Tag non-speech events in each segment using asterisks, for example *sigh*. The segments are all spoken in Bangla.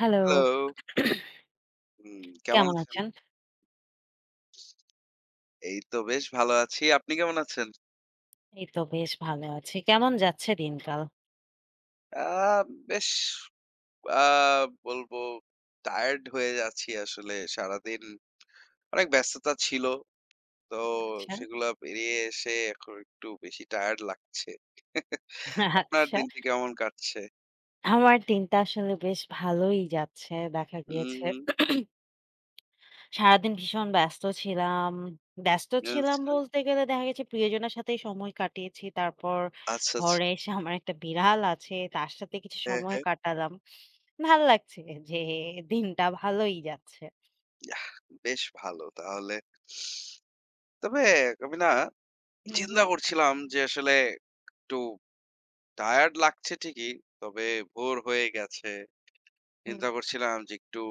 হ্যালো। হ্যালো। হুম, কেমন কেমন আছেন? আছেন? এই তো বেশ ভালো আছি। আপনি কেমন আছেন? এই তো বেশ ভালো আছি। কেমন যাচ্ছে দিনকাল? আ বেশ আ বলবো টায়ার্ড হয়ে যাচ্ছি আসলে। সারাদিন অনেক ব্যস্ততা ছিল। তো আচ্ছা, সেগুলা পেরিয়ে এসে এখন একটু বেশি টায়ার্ড লাগছে। আপনার আচ্ছা। দিনটি কেমন কাটছে? আমার দিনটা আসলে বেশ ভালোই যাচ্ছে। দেখা গিয়েছে হুম, সারাদিন ভীষণ ব্যস্ত ছিলাম। ব্যস্ত ছিলাম আচ্ছা, বলতে গেলে দেখা গেছে প্রিয়জনের সাথেই সময় কাটিয়েছি। তারপর আচ্ছা, আচ্ছা। ঘরে এসে আমার একটা বিড়াল আছে। তার সাথে কিছু হ্যাঁ, সময় হ্যাঁ। কাটালাম। ভাল লাগছে যে দিনটা ভালোই যাচ্ছে। ইয়াহ! বেশ ভালো তাহলে। তবে আমি না হুম, চিন্তা হুম, করছিলাম যে আসলে একটু টায়ার্ড লাগছে ঠিকই। তবে ভোর হয়ে গেছে। হুম। চিন্তা করছিলাম যে একটু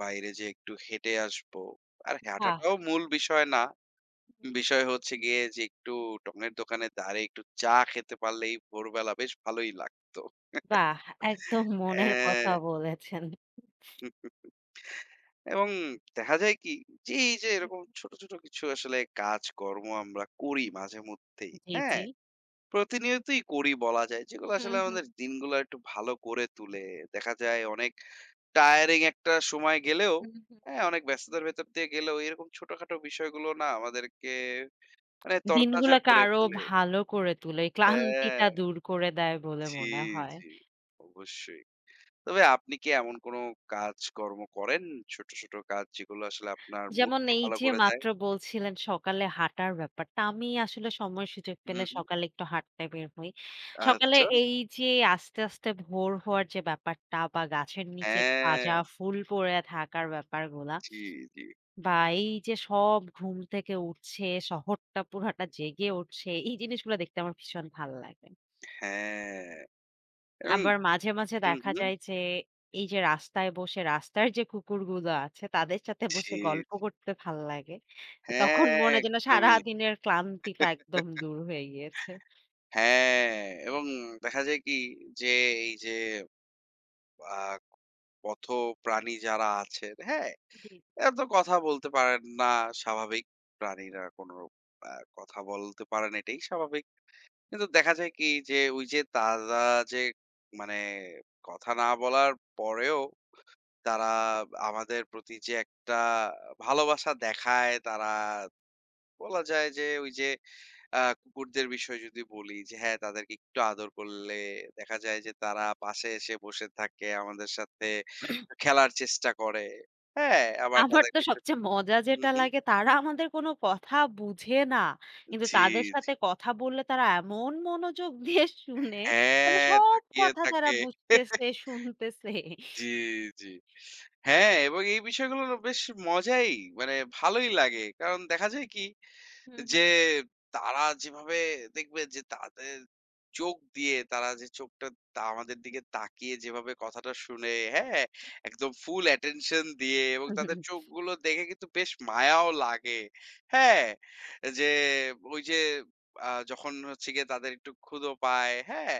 বাইরে যেয়ে একটু হেঁটে আসবো। আর বাহ! হাঁটাটাও মূল বিষয় না। বিষয় হচ্ছে গিয়ে যে একটু টঙের দোকানের ধারে একটু চা খেতে পারলেই ভোরবেলা বেশ ভালোই লাগতো। বাহ! একদম মনের হ্যাঁ, কথা বলেছেন। হুম, এবং দেখা যায় কি যে এই যে হুম, এরকম ছোট, ছোট কিছু আসলে কাজকর্ম আমরা করি মাঝে মধ্যেই। জি, জি। হ্যাঁ? প্রতিনিয়তই করি বলা যায়। যেগুলো হুম, আসলে হুম, আমাদের দিনগুলো একটু ভালো করে তুলে। দেখা যায় অনেক টায়ারিং একটা সময় গেলেও হুম, হুম। হ্যাঁ, অনেক ব্যস্ততার ভেতর দিয়ে গেলেও এরকম ছোটখাটো বিষয়গুলো না আমাদেরকে মানে তরতাজা দিনগুলাকে করে আরো ফেলে। ভালো করে তোলে, এই হ্যাঁ, ক্লান্তিটা দূর করে দেয় বলে জি, মনে হয়। জি, অবশ্যই। তবে আপনি কি এমন কোনো কাজকর্ম করেন? ছোট, ছোট কাজ যেগুলো আসলে আপনার যেমন মুডটা এই ভালো যে করে দেয়? মাত্র বলছিলেন সকালে হাঁটার ব্যাপারটা, আমি আসলে সময় সুযোগ হুম, পেলে হুম। সকালে একটু হাঁটতে বের হই। সকালে আচ্ছা। এই যে আস্তে, আস্তে ভোর হওয়ার যে ব্যাপারটা বা গাছের নিচে হ্যাঁ, তাজা ফুল পড়ে থাকার ব্যাপারগুলা জি, জি। বা এই যে সব ঘুম থেকে উঠছে, শহরটা পুরাটা জেগে উঠছে, এই জিনিসগুলো দেখতে আমার ভীষণ ভাল লাগে। হ্যাঁ, এবং আবার মাঝে, মাঝে হুম, দেখা হুম। যায় যে এই যে রাস্তায় বসে রাস্তার যে কুকুরগুলো আছে তাদের সাথে বসে জি, গল্প জি, করতে ভাল লাগে। তখন হ্যাঁ, মনে হয় যেন একদমই। সারাদিনের ক্লান্তিটা একদম দূর হয়ে গিয়েছে। হ্যাঁ, এবং দেখা যায় কি যে এই যে আ পথ প্রাণী যারা আছেন, হ্যাঁ? জি। এরা তো কথা বলতে পারেন না, স্বাভাবিক। প্রাণীরা কোন আ কথা বলতে পারে না, এটাই স্বাভাবিক। কিন্তু দেখা যায় কি যে, ওই যে তারা যে মানে কথা না বলার পরেও তারা আমাদের প্রতি যে একটা ভালোবাসা দেখায়, তারা বলা যায় যে ওই যে কুকুরদের বিষয়ে যদি বলি যে হ্যাঁ, তাদেরকে একটু আদর করলে দেখা যায় যে তারা পাশে এসে বসে থাকে, আমাদের সাথে খেলার চেষ্টা করে। হ্যাঁ, আবার আমার তো তাদেরকে একটু সবচেয়ে মজা হুম, যেটা হুম। লাগে তারা আমাদের কোনো কথা বুঝে না। কিন্তু জি, তাদের জি। সাথে কথা বললে তারা এমন মনোযোগ দিয়ে শুনে যেন হ্যাঁ, সব তাকিয়ে কথা তারা থাকে। বুঝতেছে, শুনতেছে। জি, জি। হ্যাঁ, এবং এই বিষয়গুলো বেশ মজাই মানে ভালোই লাগে। কারণ দেখা যায় কি হু, হু। যে তারা যেভাবে দেখবে যে তাদের চোখ দিয়ে তারা যে চোখটা তা আমাদের দিকে তাকিয়ে যেভাবে কথাটা শুনে, হ্যাঁ? একদম ফুল attention দিয়ে এবং তাদের চোখগুলো দেখে কিন্তু বেশ মায়াও লাগে। হ্যাঁ? যে ওই যে যখন হচ্ছে গিয়ে তাদের একটু ক্ষুধা পায়, হ্যাঁ?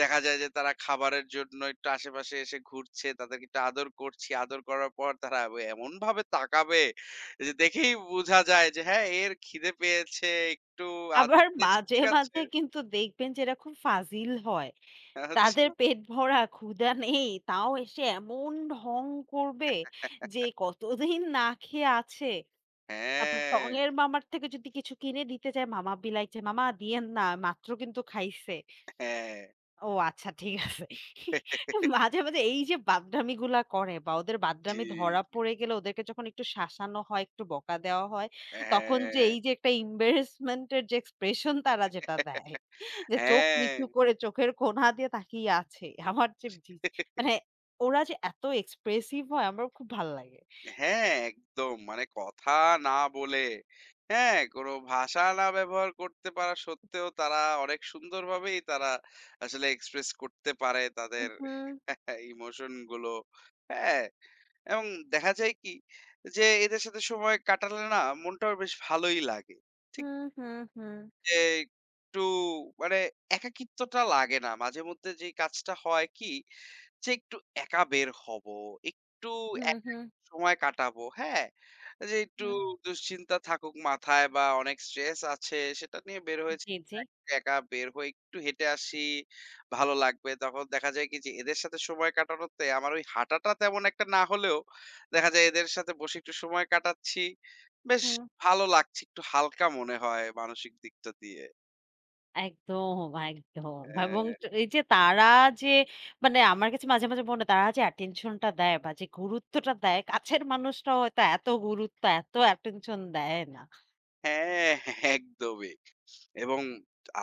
দেখা যায় যে তারা খাবারের জন্য একটু আশেপাশে এসে ঘুরছে, তাদেরকে একটু আদর করছি। আদর করার পর তারা এমনভাবে তাকাবে এই যে দেখেই বুঝা যায় যে হ্যাঁ, এর খিদে পেয়েছে, একটু আদর আবার দিয়েছি মাঝে, ঠিক আছে। মাঝে কিন্তু দেখবেন যে এরা খুব ফাজিল হয়। আচ্ছা। তাদের পেট ভরা ক্ষুধা নেই, তাও এসে এমন ঢং করবে যে কতদিন না খেয়ে আছে। তারপরে হ্যাঁ, টঙের মামার থেকে যদি কিছু কিনে দিতে চায়, মামা বিলায় যে, "মামা দিয়েন না, মাত্র কিন্তু খাইছে।" হ্যাঁ। ও আচ্ছা ঠিক আছে। মাঝে, মাঝে এই যে বাদরামিগুলা করে বা ওদের জি, বাদরামি ধরা জি, পড়ে গেলে ওদেরকে যখন একটু শাসানো হয়, একটু বকা দেওয়া হয়, তখন যে হ্যাঁ, এই যে একটা embarrassment এর যে expression তারা যেটা দেয়, যে চোখ হ্যাঁ। নিচু করে চোখের কোণা দিয়ে তাকিয়ে আছে। আমার যে মানে ওরা যে এত expressive হয় আমার খুব ভাল লাগে। হ্যাঁ, একদম। মানে কথা না বলে, হ্যাঁ, কোনো ভাষা না ব্যবহার করতে পারা সত্ত্বেও তারা অনেক সুন্দরভাবেই তারা আসলে এক্সপ্রেস করতে পারে তাদের হুম, হুম, *laughs* ইমোশন গুলো। হ্যাঁ, এবং দেখা যায় কি যে এদের সাথে সময় কাটালে না মনটাও বেশ ভালোই লাগে। ঠিক হুম, হুম, যে একটু মানে একাকিত্বটা লাগে না। মাঝে মধ্যে যে কাজটা হয় কি যে একটু একা বের হবো, একটু হুম, একা হুম, সময় কাটাবো, হ্যাঁ? যে একটু হুম। দুশ্চিন্তা থাকুক মাথায় বা অনেক স্ট্রেস আছে সেটা নিয়ে বের হয়েছি, জি, জি। একা বের হয়ে একটু হেঁটে আসি, ভালো লাগবে। তখন দেখা যায় কি যে এদের সাথে সময় কাটানোতে আমার ওই হাঁটাটা তেমন একটা না হলেও দেখা যায় এদের সাথে বসে একটু সময় কাটাচ্ছি। বেশ হুম। ভালো লাগছে, একটু হালকা মনে হয় মানসিক দিকটা দিয়ে। একদম, একদম। এবং অ্যা এই যে তারা যে মানে আমার কাছে মাঝে, মাঝে মনে হয় তারা যে attention টা দেয় বা যে গুরুত্বটা দেয়, কাছের মানুষরাও হয়তো এত গুরুত্ব, এত attention দেয় না। হ্যাঁ, হ্যাঁ, হ্যাঁ, একদমই। এবং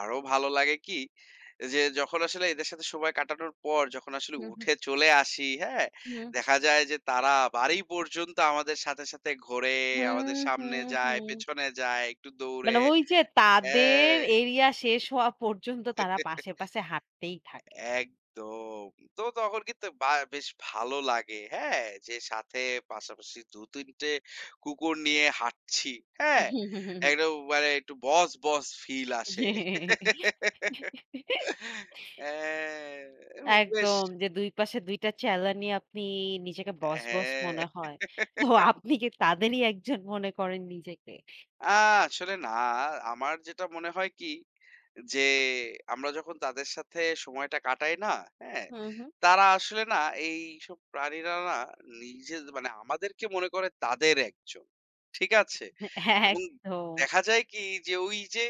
আরো ভালো লাগে কি? যে যখন আসলে এদের সাথে সময় কাটানোর পর যখন আসলে হুম, হুম, উঠে চলে আসি, হ্যাঁ? হুম, দেখা যায় যে তারা বাড়ি পর্যন্ত আমাদের সাথে, সাথে ঘোরে, আমাদের হুম, সামনে হুম। যায়, হুম। পেছনে যায়, একটু দৌড়ে মানে ওই যে তাদের হ্যাঁ, এরিয়া শেষ হওয়া পর্যন্ত তারা পাশে, পাশে হাঁটতেই থাকে। একদম। তো তখন কিন্তু বা বেশ ভালো লাগে, হ্যাঁ? যে সাথে পাশাপাশি ২-৩ টে কুকুর নিয়ে হাঁটছি, হুম হ্যাঁ? হুম হুম হুম। একদম মানে একটু বস, বস ফিল আসে। হ্যাঁ, বেশ একদম। যে ২ পাশে ২ টা চেলানি আপনি নিজেকে বস, বস হ্যাঁ। মনে হয়। তো আপনি কি তাদেরই একজন মনে করেন নিজেকে? আ আসলে না, আমার যেটা মনে হয় কি যে আমরা যখন তাদের সাথে সময়টা কাটাই না, হ্যাঁ? হুম, হুম। তারা আসলে না এইসব প্রাণীরা না নিজে মানে আমাদেরকে মনে করে তাদের একজন। ঠিক আছে? এবং একদম। দেখা যায় কি যে ওই যে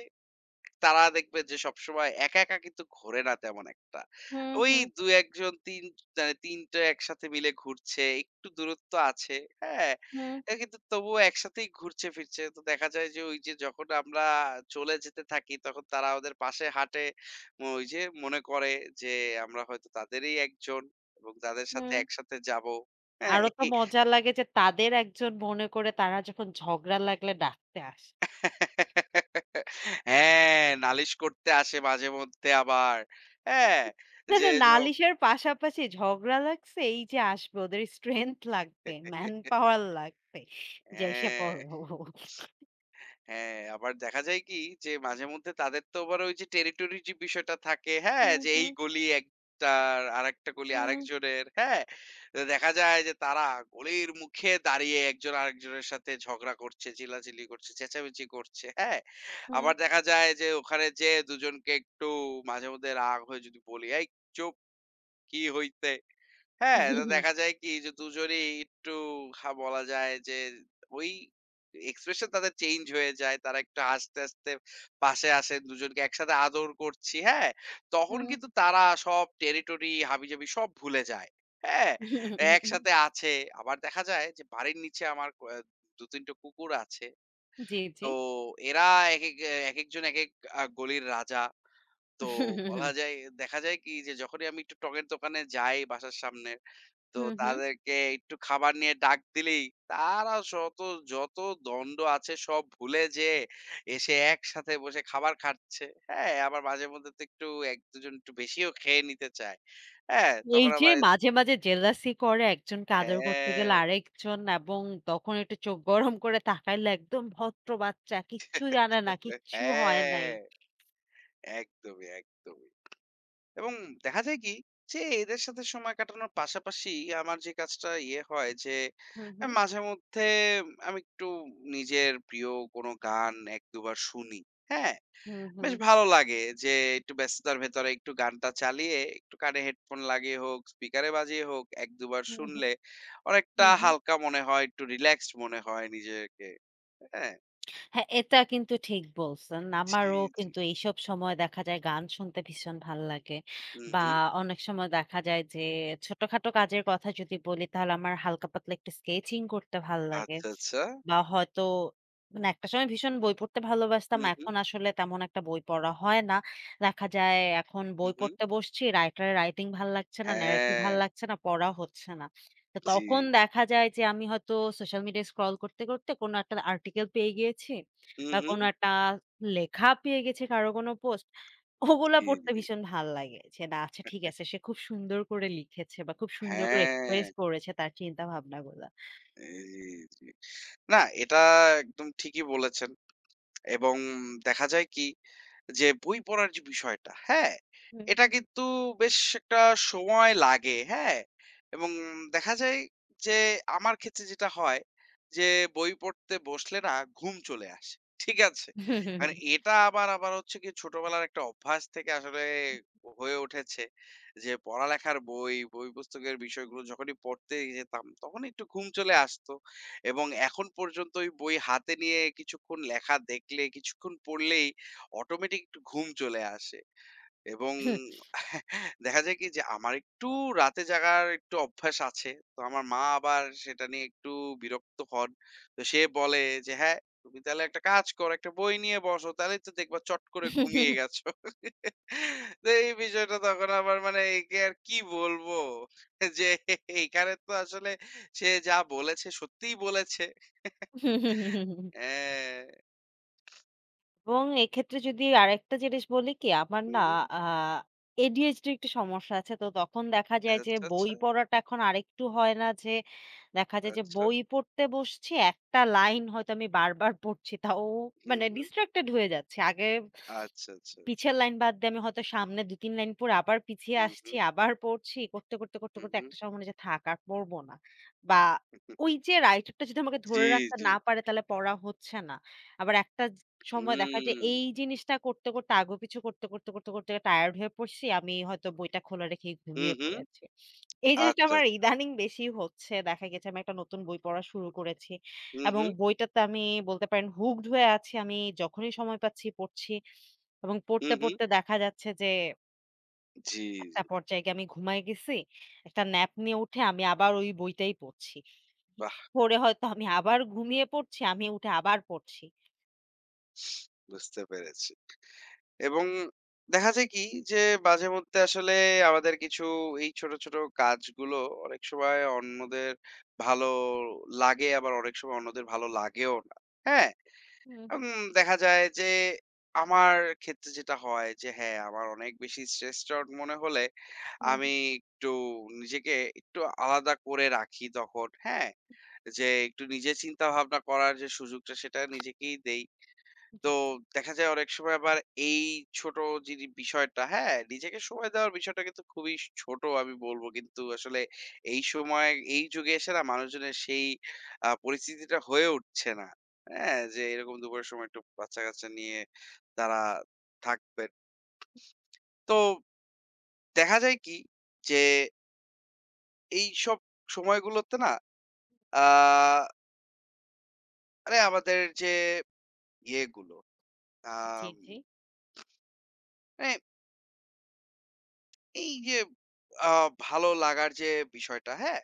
তারা দেখবে যে সবসময় একা, একা কিন্তু ঘোরে না তেমন একটা। হুম, ওই হুম, ২-১ জন ৩ টা একসাথে মিলে ঘুরছে, একটু দূরত্ব আছে, হ্যাঁ? হুম, এ কিন্তু তবুও একসাথেই ঘুরছে ফিরছে। তো দেখা যায় যে ওই যে যখন আমরা চলে যেতে থাকি তখন তারা ওদের পাশে হাঁটে। ওই যে মনে করে যে আমরা হয়তো তাদেরই একজন এবং তাদের সাথে হুম। একসাথে যাবো। হ্যাঁ, আরো তো এই মজা লাগে যে তাদের একজন মনে করে তারা যখন ঝগড়া লাগলে ডাকতে আসে। হ্যাঁ, নালিশ করতে আসে মাঝেমধ্যে আবার। হ্যাঁ? না, যে না ঝ নালিশের পাশাপাশি ঝগড়া লাগছে এই যে আসবে ওদের স্ট্রেংথ লাগবে, ম্যান পাওয়ার লাগবে। যে এসে হ্যাঁ, পড়ো। হ্যাঁ, আবার দেখা যায় কি যে মাঝেমধ্যে তাদের তো আবার ওই যে টেরিটরি যে বিষয়টা থাকে, হ্যাঁ? হুম, যে এই হুম, গলি একটার, আরেকটা গলি হুম, হুম। আরেকজনের, হ্যাঁ? তো দেখা যায় যে তারা গলির মুখে দাঁড়িয়ে একজন আরেকজনের সাথে ঝগড়া করছে, চিল্লাচিল্লি করছে, চেঁচামেচি করছে, হ্যাঁ? হুম। আবার দেখা যায় যে ওখানে যেয়ে দুজনকে একটু মাঝেমধ্যে রাগ হয়ে যদি বলি, "এই চুপ! কি হইছে?" হ্যাঁ, তো হুম দেখা যায় কি যে দুজনেই একটু হা বলা যায় যে ওই এক্সপ্রেশন তাদের চেঞ্জ হয়ে যায়। তারা একটু হাসতে, হাসতে পাশে আসে, দুজনকে একসাথে আদর করছি, হ্যাঁ? তখন কিন্তু তারা সব টেরিটরি হাবিজাবি সব ভুলে যায়, হ্যাঁ? হুম একসাথে আছে। আবার দেখা যায় যে বাড়ির নিচে আমার ২-৩ টা কুকুর আছে। জি, তো জি। এরা একেক একেকজন একেক গলির রাজা। তো বলা *laughs* যায় দেখা যায় কি যে যখনই আমি একটু টগের দোকানে যাই বাসার সামনে তো হুম, হুম। তাদেরকে একটু খাবার নিয়ে ডাক দিলেই তারা যত যত দণ্ড আছে সব ভুলে যেয়ে এসে একসাথে বসে খাবার খাচ্ছে। হ্যাঁ, আবার মাঝে মধ্যে তো একটু ১-২ জন একটু বেশিও খেয়ে নিতে চায়। হ্যাঁ, এই তখন যে আবার মাঝে, মাঝে জেলাসি করে একজনকে আদর করতে গেলে হ্যাঁ, আরেকজন এবং তখন একটু চোখ গরম করে তাকাইলে একদম ভদ্র বাচ্চা। কিচ্ছু জানে না, কিচ্ছু হয় নাই। হ্যাঁ, একদমই, একদমই। এবং দেখা যায় কি যে এদের সাথে সময় কাটানোর পাশাপাশি আমার যে কাজটা ইয়ে হয় যে হুম, হুম। মাঝেমধ্যে আমি একটু নিজের প্রিয় কোনো গান ১-২ বার শুনি। হ্যাঁ? হুম, বেশ হুম। ভালো লাগে যে একটু ব্যস্ততার ভেতরে একটু গানটা চালিয়ে একটু কানে হেডফোন লাগিয়ে হোক স্পিকারে বাজিয়ে হোক এক দুবার হুম, হুম। শুনলে অনেকটা হুম, হুম। হালকা মনে হয় একটু রিল্যাক্সড মনে হয় নিজেকে হ্যাঁ হ্যাঁ, এটা কিন্তু ঠিক বলছেন। জি আমারও জি কিন্তু এইসব সময় দেখা যায় গান শুনতে ভীষণ ভাল লাগে। হুম বা হুম অনেক সময় দেখা যায় যে ছোটখাটো কাজের কথা যদি বলি তাহলে আমার হালকা পাতলা একটু স্কেচিং করতে ভাল লাগে। আচ্ছা আচ্ছা বা হয়তো মানে একটা সময় ভীষণ বই পড়তে ভালোবাসতাম। হুম হুম এখন আসলে তেমন একটা বই পড়া হয় না। দেখা যায় এখন হুম বই হুম পড়তে বসছি, রাইটারের রাইটিং ভাল লাগছে না, ন্যারেটিভ হ্যাঁ ভাল লাগছে না, পড়া হচ্ছে না। তো জি তখন দেখা যায় যে আমি হয়তো সোশ্যাল মিডিয়ায় স্ক্রল করতে, করতে কোনো একটা আর্টিকেল পেয়ে গিয়েছি হুম বা হুম কোনো একটা লেখা পেয়ে গেছি কারো কোনো পোস্ট। ওগুলা জি পড়তে জি ভীষণ ভাল লাগে। যে না আচ্ছা ঠিক আছে সে খুব সুন্দর করে লিখেছে বা খুব সুন্দর করে হ্যাঁ এক্সপ্রেস করেছে তার চিন্তা ভাবনাগুলা। জি জি না এটা একদম ঠিকই বলেছেন এবং দেখা যায় কি যে বই পড়ার যে বিষয়টা, হ্যাঁ? এটা কিন্তু বেশ একটা সময় লাগে, হ্যাঁ? এবং দেখা যায় যে আমার ক্ষেত্রে যেটা হয় যে বই পড়তে বসলে না ঘুম চলে আসে। ঠিক আছে? হুম। *laughs* মানে এটা আবার আবার হচ্ছে গিয়ে ছোটবেলার একটা অভ্যাস থেকে আসলে হয়ে উঠেছে যে পড়ালেখার বই পুস্তকের বিষয়গুলো যখনই পড়তে যেতাম তখন একটু ঘুম চলে আসতো। এবং এখন পর্যন্ত ওই বই হাতে নিয়ে কিছুক্ষণ লেখা দেখলে, কিছুক্ষণ পড়লেই অটোমেটিক একটু ঘুম চলে আসে এবং *laughs* দেখা যায় কি যে আমার একটু রাতে জাগার একটু অভ্যাস আছে। তো আমার মা আবার সেটা নিয়ে একটু বিরক্ত হন। তো সে বলে যে, "হ্যাঁ, তুমি তাহলে একটা কাজ করো, একটা বই নিয়ে বসো। তাহলেই তো দেখবা চট করে ঘুমিয়ে গেছো।" *laughs* তো এই বিষয়টা তখন আবার মানে একে আর কি বলবো? *laughs* যে এখানে তো আসলে সে যা বলেছে সত্যিই বলেছে। *laughs* হ্যাঁ। এবং এক্ষেত্রে যদি আরেকটা জিনিস বলি কি, আমার হু, না হু। আ ADHD র একটু সমস্যা আছে। তো তখন দেখা যায় যে আচ্ছা, বই আচ্ছা, পড়াটা এখন আরেকটু হয় না যে, দেখা যায় যে আচ্ছা। বই পড়তে বসছি, একটা লাইন হয়তো আমি বারবার পড়ছি। তাও হুম, মানে হুম। distracted হয়ে যাচ্ছি। আগে আচ্ছা, আচ্ছা। পিছের লাইন বাদ দিয়ে আমি হয়তো সামনে ২-৩ লাইন পড়ে আবার পিছিয়ে হুম, আসছি, হুম, আবার পড়ছি। করতে, করতে, করতে, হুম, করতে হুম। একটা সময় মনে হচ্ছে থাক আর পড়ব না। বা ওই যে রাইটারটা যদি আমাকে জি, ধরে রাখতে জি। না পারে তাহলে পড়া হচ্ছে না। আবার একটা সময় দেখা যায় হুম। এই জিনিসটা করতে, করতে, আগুপিছু করতে, করতে, করতে, করতে টায়ার্ড হয়ে পড়ছি। আমি হয়তো বইটা খোলা রেখেই হুম, ঘুমিয়ে হুম। পড়েছি। এই জিনিসটা আচ্ছা, আমার আচ্ছা। ইদানিং বেশি হচ্ছে। দেখা গেছে আমি একটা নতুন বই পড়া শুরু করেছি হুম, এবং হুম, বইটাতে আমি বলতে পারেন হুকড হয়ে আছি। আমি যখনই সময় পাচ্ছি পড়ছি। এবং হুম, পড়তে, হুম। পড়তে দেখা যাচ্ছে যে জি, একটা জি। পর্যায়ে গিয়ে আমি ঘুমায়ে গেছি। একটা ন্যাপ নিয়ে উঠে আমি আবার ওই বইটাই পড়ছি। বাহ! পড়ে হয়তো আমি আবার ঘুমিয়ে পড়ছি, আমি উঠে আবার পড়ছি। বুঝতে পেরেছি। এবং দেখা যায় কি যে মাঝেমধ্যে আসলে আমাদের কিছু এই ছোট, ছোট কাজগুলো অনেক সময় অন্যদের ভালো লাগে আবার অনেক সময় অন্যদের ভালো লাগেও না। হ্যাঁ? হুম, হুম, উম দেখা যায় যে আমার ক্ষেত্রে যেটা হয় যে হ্যাঁ, আমার অনেক বেশি stressed out মনে হলে হুম, হুম। আমি একটু নিজেকে একটু আলাদা করে রাখি তখন। হ্যাঁ? যে একটু নিজে চিন্তা ভাবনা করার যে সুযোগটা সেটা নিজেকেই দেই। তো জি, জি, দেখা যায় অনেক সময় আবার এই ছোট যিনি বিষয়টা হ্যাঁ, নিজেকে সময় দেওয়ার বিষয়টা কিন্তু খুবই স ছোট আমি বলব। কিন্তু আসলে এই সময় এই যুগে এসে না মানুষজনের সেই পরিস্থিতিটা হয়ে উঠছে না। হ্যাঁ, যে এরকম দুপুরের সময় একটু বাচ্চা-কাচ্চা নিয়ে তারা থাকবেন। তো দেখা যায় কি যে এইসব সময়গুলোতে না আ মানে আমাদের যে ইয়েগুলো জি, আম জি। মানে এই যে আ ভালো লাগার যে বিষয়টা, হ্যাঁ?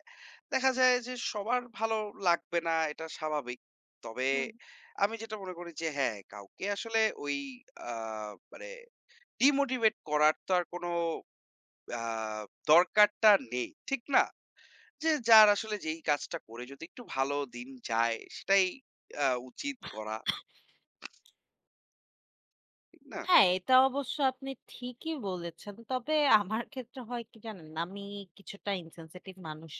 দেখা যায় যে সবার ভালো লাগবে না, এটা স্বাভাবিক। তবে হুম। আমি যেটা মনে করি যে হ্যাঁ, কাউকে আসলে ওই আ মানে ডিমোটিভেট করার তো আর কোনো আ দরকারটা নেই। ঠিক না? যে যার আসলে যেই কাজটা করে যদি একটু ভালো দিন যায়, সেটাই উচিত করা। হুম। ঠিক না? হ্যাঁ, এটা অবশ্য আপনি ঠিকই বলেছেন। তবে আমার ক্ষেত্রে হয় কি জানেন? আমি কিছুটা insensitive মানুষ।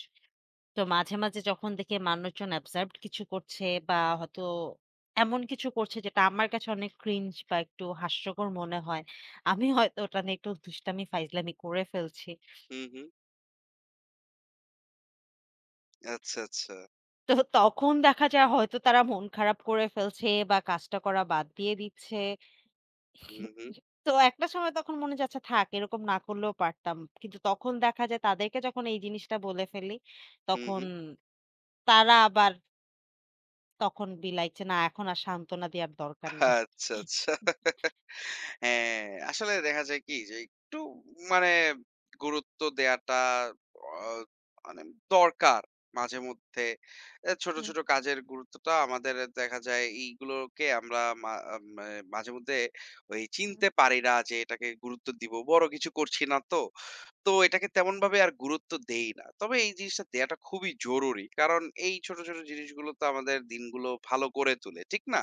তো মাঝে, মাঝে যখন দেখি মানুষজন অ্যাবসার্ভড কিছু করছে বা হয়তো এমন কিছু করছে যেটা আমার কাছে অনেক ক্রিঞ্জ বা একটু হাস্যকর মনে হয়। আমি হয়তো ওটা নিয়ে একটু দুষ্টামি ফাইজলামি করে ফেলছি। হুম, হুম। আচ্ছা, আচ্ছা। তো তখন দেখা যায় হয়তো তারা মন খারাপ করে ফেলছে বা কাজটা করা বাদ দিয়ে দিচ্ছে। হুম, হুম। তো একটা সময় তখন মনে হচ্ছে আচ্ছা থাক এরকম না করলেও পারতাম। কিন্তু তখন দেখা যায় তাদেরকে যখন এই জিনিসটা বলে ফেলি হুম, তখন হুম। তারা আবার তখন be like যে না এখন আর সান্ত্বনা দেওয়ার দরকার নাই। আচ্ছা, আচ্ছা। হ্যাঁ, আসলে দেখা যায় কি যে একটু মানে গুরুত্ব দেয়াটা অ মানে দরকার মাঝেমধ্যে। এ ছোট, হুম, ছোট কাজের গুরুত্বটা আমাদের দেখা যায় এইগুলোকে আমরা মা আ মানে মাঝেমধ্যে ওই হুম। চিনতে পারি না যে এটাকে গুরুত্ব দিব। বড় কিছু করছি না তো। তো এটাকে তেমনভাবে আর গুরুত্ব দেই না। তবে এই জিনিসটা দেয়াটা খুবই জরুরি। কারণ এই ছোট, ছোট জিনিসগুলো তো আমাদের দিনগুলো ভালো করে তোলে। ঠিক না?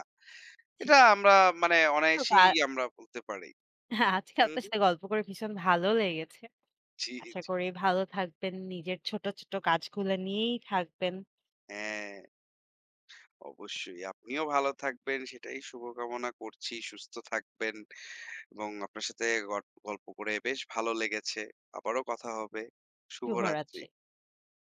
জি। এটা আমরা মানে তো বা অনায়াসেই আমরা বলতে পারি। হ্যাঁ, আজকে হুম, আপনার হুম। সাথে গল্প করে ভীষণ ভালো লেগেছে। জি, আশা জি। করি ভালো থাকবেন। নিজের ছোট, ছোট কাজগুলো নিয়েই থাকবেন। হ্যাঁ, অবশ্যই। আপনিও ভালো থাকবেন সেটাই শুভকামনা করছি। সুস্থ থাকবেন এবং আপনার সাথে গল্প করে বেশ ভালো লেগেছে। আবারও কথা হবে। শুভরাত্রি। শুভরাত্রি।